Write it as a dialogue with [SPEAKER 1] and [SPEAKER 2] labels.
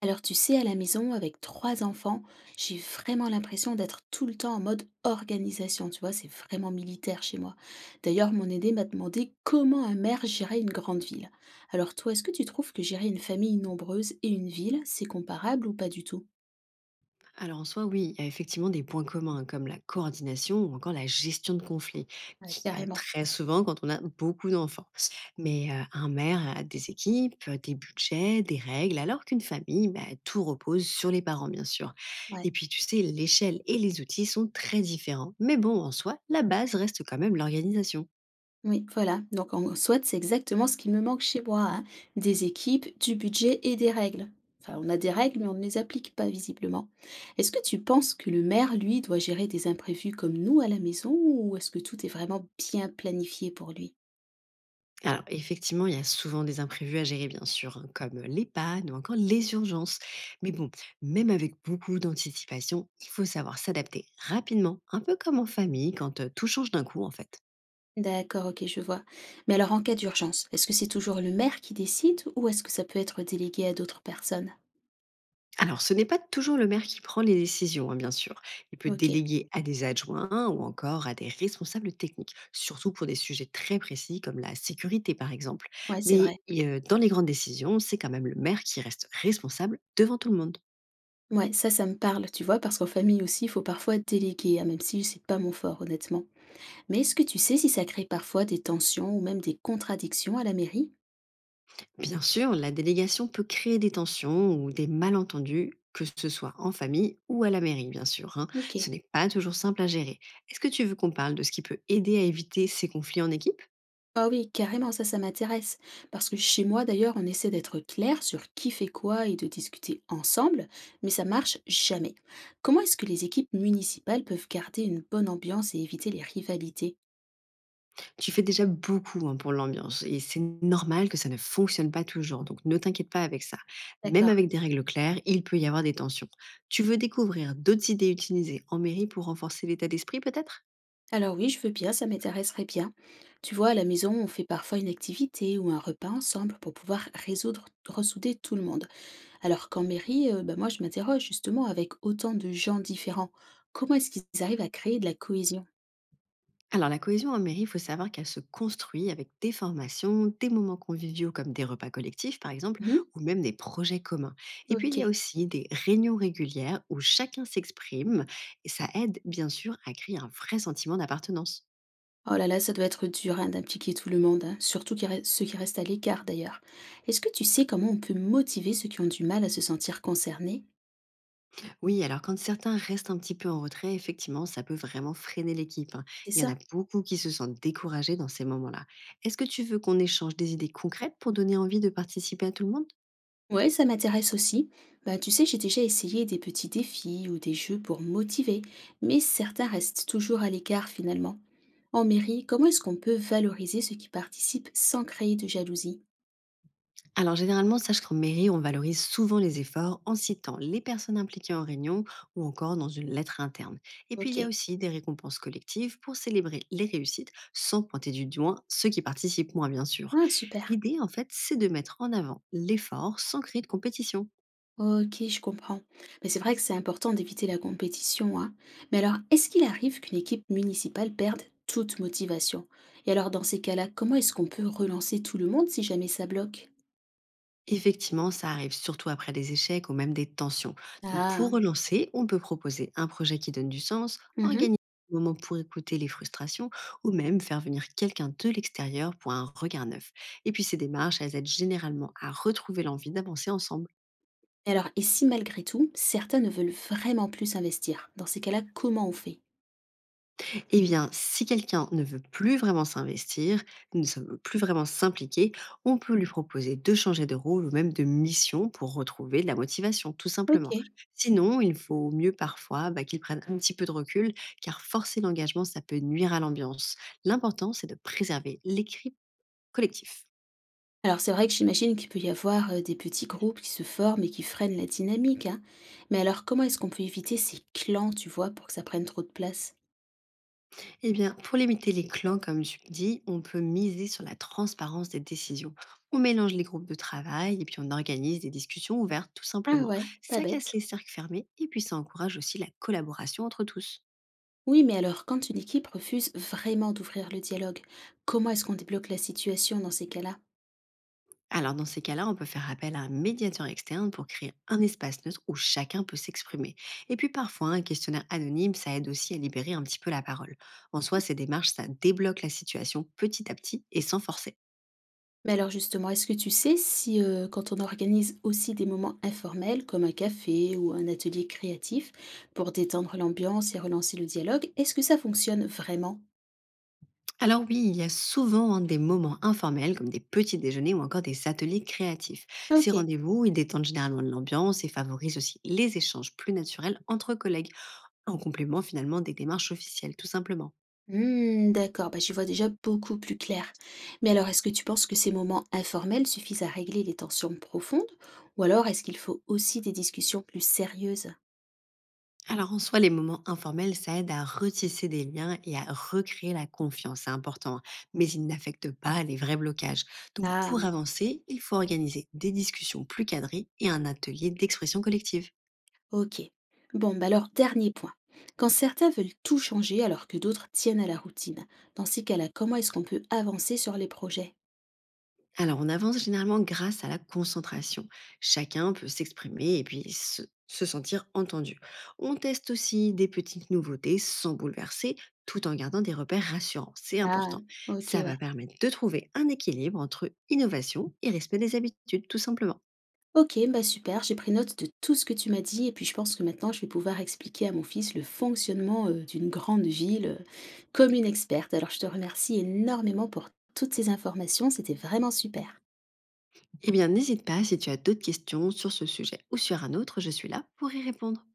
[SPEAKER 1] Alors tu sais, à la maison, avec trois enfants, j'ai vraiment l'impression d'être tout le temps en mode organisation, tu vois, c'est vraiment militaire chez moi. D'ailleurs, mon aîné m'a demandé comment un maire gérait une grande ville. Alors toi, est-ce que tu trouves que gérer une famille nombreuse et une ville, c'est comparable ou pas du tout?
[SPEAKER 2] Alors en soi, oui, il y a effectivement des points communs hein, comme la coordination ou encore la gestion de conflits,
[SPEAKER 1] Ouais,
[SPEAKER 2] qui a
[SPEAKER 1] carrément.
[SPEAKER 2] très souvent quand on a beaucoup d'enfants. Mais un maire a des équipes, des budgets, des règles, alors qu'une famille, bah, tout repose sur les parents, bien sûr. Et
[SPEAKER 1] Ouais.
[SPEAKER 2] puis tu sais, l'échelle et les outils sont très différents. Mais bon, en soi, la base reste quand même l'organisation.
[SPEAKER 1] Oui, voilà. Donc, en soit, c'est exactement ce qui me manque chez moi, hein. Des équipes, du budget et des règles. Enfin, on a des règles, mais on ne les applique pas visiblement. Est-ce que tu penses que le maire, lui, doit gérer des imprévus comme nous à la maison, ou est-ce que tout est vraiment bien planifié pour lui?
[SPEAKER 2] Alors, effectivement, il y a souvent des imprévus à gérer, bien sûr, hein, comme les pannes ou encore les urgences. Mais bon, même avec beaucoup d'anticipation, il faut savoir s'adapter rapidement, un peu comme en famille, quand tout change d'un coup, en fait.
[SPEAKER 1] D'accord, ok, je vois. Mais alors, en cas d'urgence, est-ce que c'est toujours le maire qui décide, ou est-ce que ça peut être délégué à d'autres personnes?
[SPEAKER 2] Alors, ce n'est pas toujours le maire qui prend les décisions, hein, bien sûr. Il peut
[SPEAKER 1] Ok,
[SPEAKER 2] déléguer à des adjoints ou encore à des responsables techniques, surtout pour des sujets très précis comme la sécurité, par exemple.
[SPEAKER 1] ouais, c'est
[SPEAKER 2] Mais
[SPEAKER 1] vrai.
[SPEAKER 2] dans les grandes décisions, c'est quand même le maire qui reste responsable devant tout le monde.
[SPEAKER 1] Ouais, ça me parle, tu vois, parce qu'en famille aussi, il faut parfois déléguer, hein, même si c'est pas mon fort, honnêtement. Mais est-ce que tu sais si ça crée parfois des tensions ou même des contradictions à la mairie?
[SPEAKER 2] Bien sûr, la délégation peut créer des tensions ou des malentendus, que ce soit en famille ou à la mairie, bien sûr, hein.
[SPEAKER 1] Ok.
[SPEAKER 2] Ce n'est pas toujours simple à gérer. Est-ce que tu veux qu'on parle de ce qui peut aider à éviter ces conflits en équipe?
[SPEAKER 1] Ah oui, carrément, ça m'intéresse. Parce que chez moi, d'ailleurs, on essaie d'être clair sur qui fait quoi et de discuter ensemble, mais ça marche jamais. Comment est-ce que les équipes municipales peuvent garder une bonne ambiance et éviter les rivalités?
[SPEAKER 2] Tu fais déjà beaucoup hein, pour l'ambiance et c'est normal que ça ne fonctionne pas toujours, donc ne t'inquiète pas avec ça. Même
[SPEAKER 1] D'accord.
[SPEAKER 2] avec des règles claires, il peut y avoir des tensions. Tu veux découvrir d'autres idées utilisées en mairie pour renforcer l'état d'esprit peut-être?
[SPEAKER 1] Alors oui, je veux bien, ça m'intéresserait bien. Tu vois, à la maison, on fait parfois une activité ou un repas ensemble pour pouvoir résoudre, ressouder tout le monde. Alors qu'en mairie, bah, moi je m'interroge justement avec autant de gens différents, comment est-ce qu'ils arrivent à créer de la cohésion?
[SPEAKER 2] Alors la cohésion en mairie, il faut savoir qu'elle se construit avec des formations, des moments conviviaux comme des repas collectifs par exemple,
[SPEAKER 1] Mmh.
[SPEAKER 2] ou même des projets communs. Et puis il y a
[SPEAKER 1] OK.
[SPEAKER 2] aussi des réunions régulières où chacun s'exprime et ça aide bien sûr à créer un vrai sentiment d'appartenance.
[SPEAKER 1] Oh là là, ça doit être dur, hein, d'impliquer tout le monde, hein, surtout qui res ceux qui restent à l'écart d'ailleurs. Est-ce que tu sais comment on peut motiver ceux qui ont du mal à se sentir concernés?
[SPEAKER 2] Oui, alors quand certains restent un petit peu en retrait, effectivement, ça peut vraiment freiner l'équipe, hein.
[SPEAKER 1] C'est
[SPEAKER 2] Il y en a
[SPEAKER 1] ça?
[SPEAKER 2] beaucoup qui se sentent découragés dans ces moments-là. Est-ce que tu veux qu'on échange des idées concrètes pour donner envie de participer à tout le monde?
[SPEAKER 1] Ouais, ça m'intéresse aussi. Bah, tu sais, j'ai déjà essayé des petits défis ou des jeux pour motiver, mais certains restent toujours à l'écart finalement. En mairie, comment est-ce qu'on peut valoriser ceux qui participent sans créer de jalousie?
[SPEAKER 2] Alors généralement, sache qu'en mairie, on valorise souvent les efforts en citant les personnes impliquées en réunion ou encore dans une lettre interne. Et puis il y a
[SPEAKER 1] OK.
[SPEAKER 2] aussi des récompenses collectives pour célébrer les réussites sans pointer du doigt ceux qui participent moins bien sûr.
[SPEAKER 1] Ah super!
[SPEAKER 2] L'idée en fait, c'est de mettre en avant l'effort sans créer de compétition.
[SPEAKER 1] OK, je comprends. Mais c'est vrai que c'est important d'éviter la compétition, hein. Mais alors, est-ce qu'il arrive qu'une équipe municipale perde toute motivation? Et alors, dans ces cas-là, comment est-ce qu'on peut relancer tout le monde si jamais ça bloque?
[SPEAKER 2] Effectivement, ça arrive surtout après des échecs ou même des tensions. Donc pour
[SPEAKER 1] Ah!
[SPEAKER 2] relancer, on peut proposer un projet qui donne du sens,
[SPEAKER 1] Mmh mh.
[SPEAKER 2] organiser un moment pour écouter les frustrations ou même faire venir quelqu'un de l'extérieur pour un regard neuf. Et puis ces démarches, elles aident généralement à retrouver l'envie d'avancer ensemble.
[SPEAKER 1] Et alors, et si malgré tout, certains ne veulent vraiment plus investir, dans ces cas-là, comment on fait?
[SPEAKER 2] Eh bien, si quelqu'un ne veut plus vraiment s'investir, ne se veut plus vraiment s'impliquer, on peut lui proposer de changer de rôle ou même de mission pour retrouver de la motivation, tout simplement.
[SPEAKER 1] OK.
[SPEAKER 2] Sinon, il faut mieux parfois bah, qu'il prenne un petit peu de recul, car forcer l'engagement, ça peut nuire à l'ambiance. L'important, c'est de préserver l'écrit collectif.
[SPEAKER 1] Alors c'est vrai que j'imagine qu'il peut y avoir, des petits groupes qui se forment et qui freinent la dynamique, hein. Mais alors comment est-ce qu'on peut éviter ces clans, tu vois, pour que ça prenne trop de place?
[SPEAKER 2] Eh bien, pour limiter les clans, comme tu le dis, on peut miser sur la transparence des décisions. On mélange les groupes de travail et puis on organise des discussions ouvertes tout
[SPEAKER 1] Ah
[SPEAKER 2] simplement.
[SPEAKER 1] ouais, pas
[SPEAKER 2] Ça casse
[SPEAKER 1] bête.
[SPEAKER 2] les cercles fermés et puis ça encourage aussi la collaboration entre tous.
[SPEAKER 1] Oui, mais alors, quand une équipe refuse vraiment d'ouvrir le dialogue, comment est-ce qu'on débloque la situation dans ces cas-là?
[SPEAKER 2] Alors dans ces cas-là, on peut faire appel à un médiateur externe pour créer un espace neutre où chacun peut s'exprimer. Et puis parfois, un questionnaire anonyme, ça aide aussi à libérer un petit peu la parole. En soi, ces démarches, ça débloque la situation petit à petit et sans forcer.
[SPEAKER 1] Mais alors justement, est-ce que tu sais si quand on organise aussi des moments informels comme un café ou un atelier créatif pour détendre l'ambiance et relancer le dialogue, est-ce que ça fonctionne vraiment?
[SPEAKER 2] Alors oui, il y a souvent hein, des moments informels comme des petits déjeuners ou encore des ateliers créatifs. Ces
[SPEAKER 1] Ok.
[SPEAKER 2] rendez-vous, ils détendent généralement de l'ambiance et favorisent aussi les échanges plus naturels entre collègues, en complément finalement des démarches officielles tout simplement.
[SPEAKER 1] Hmm, d'accord, bah, j'y vois déjà beaucoup plus clair. Mais alors, est-ce que tu penses que ces moments informels suffisent à régler les tensions profondes? Ou alors, est-ce qu'il faut aussi des discussions plus sérieuses?
[SPEAKER 2] Alors en soi, les moments informels, ça aide à retisser des liens et à recréer la confiance, c'est important, hein, mais ils n'affectent pas les vrais blocages. Donc
[SPEAKER 1] Ah,
[SPEAKER 2] pour avancer, il faut organiser des discussions plus cadrées et un atelier d'expression collective.
[SPEAKER 1] ok. Bon, bah alors, dernier point. Quand certains veulent tout changer alors que d'autres tiennent à la routine, dans ces cas-là, comment est-ce qu'on peut avancer sur les projets?
[SPEAKER 2] Alors, on avance généralement grâce à la concentration. Chacun peut s'exprimer et puis se sentir entendu. On teste aussi des petites nouveautés sans bouleverser, tout en gardant des repères rassurants. C'est
[SPEAKER 1] Ah,
[SPEAKER 2] important.
[SPEAKER 1] ok,
[SPEAKER 2] Ça
[SPEAKER 1] ouais.
[SPEAKER 2] va permettre de trouver un équilibre entre innovation et respect des habitudes, tout simplement.
[SPEAKER 1] Ok, bah super, j'ai pris note de tout ce que tu m'as dit et puis je pense que maintenant je vais pouvoir expliquer à mon fils le fonctionnement d'une grande ville comme une experte. Alors je te remercie énormément pour toutes ces informations, c'était vraiment super.
[SPEAKER 2] Eh bien, n'hésite pas si tu as d'autres questions sur ce sujet ou sur un autre, je suis là pour y répondre.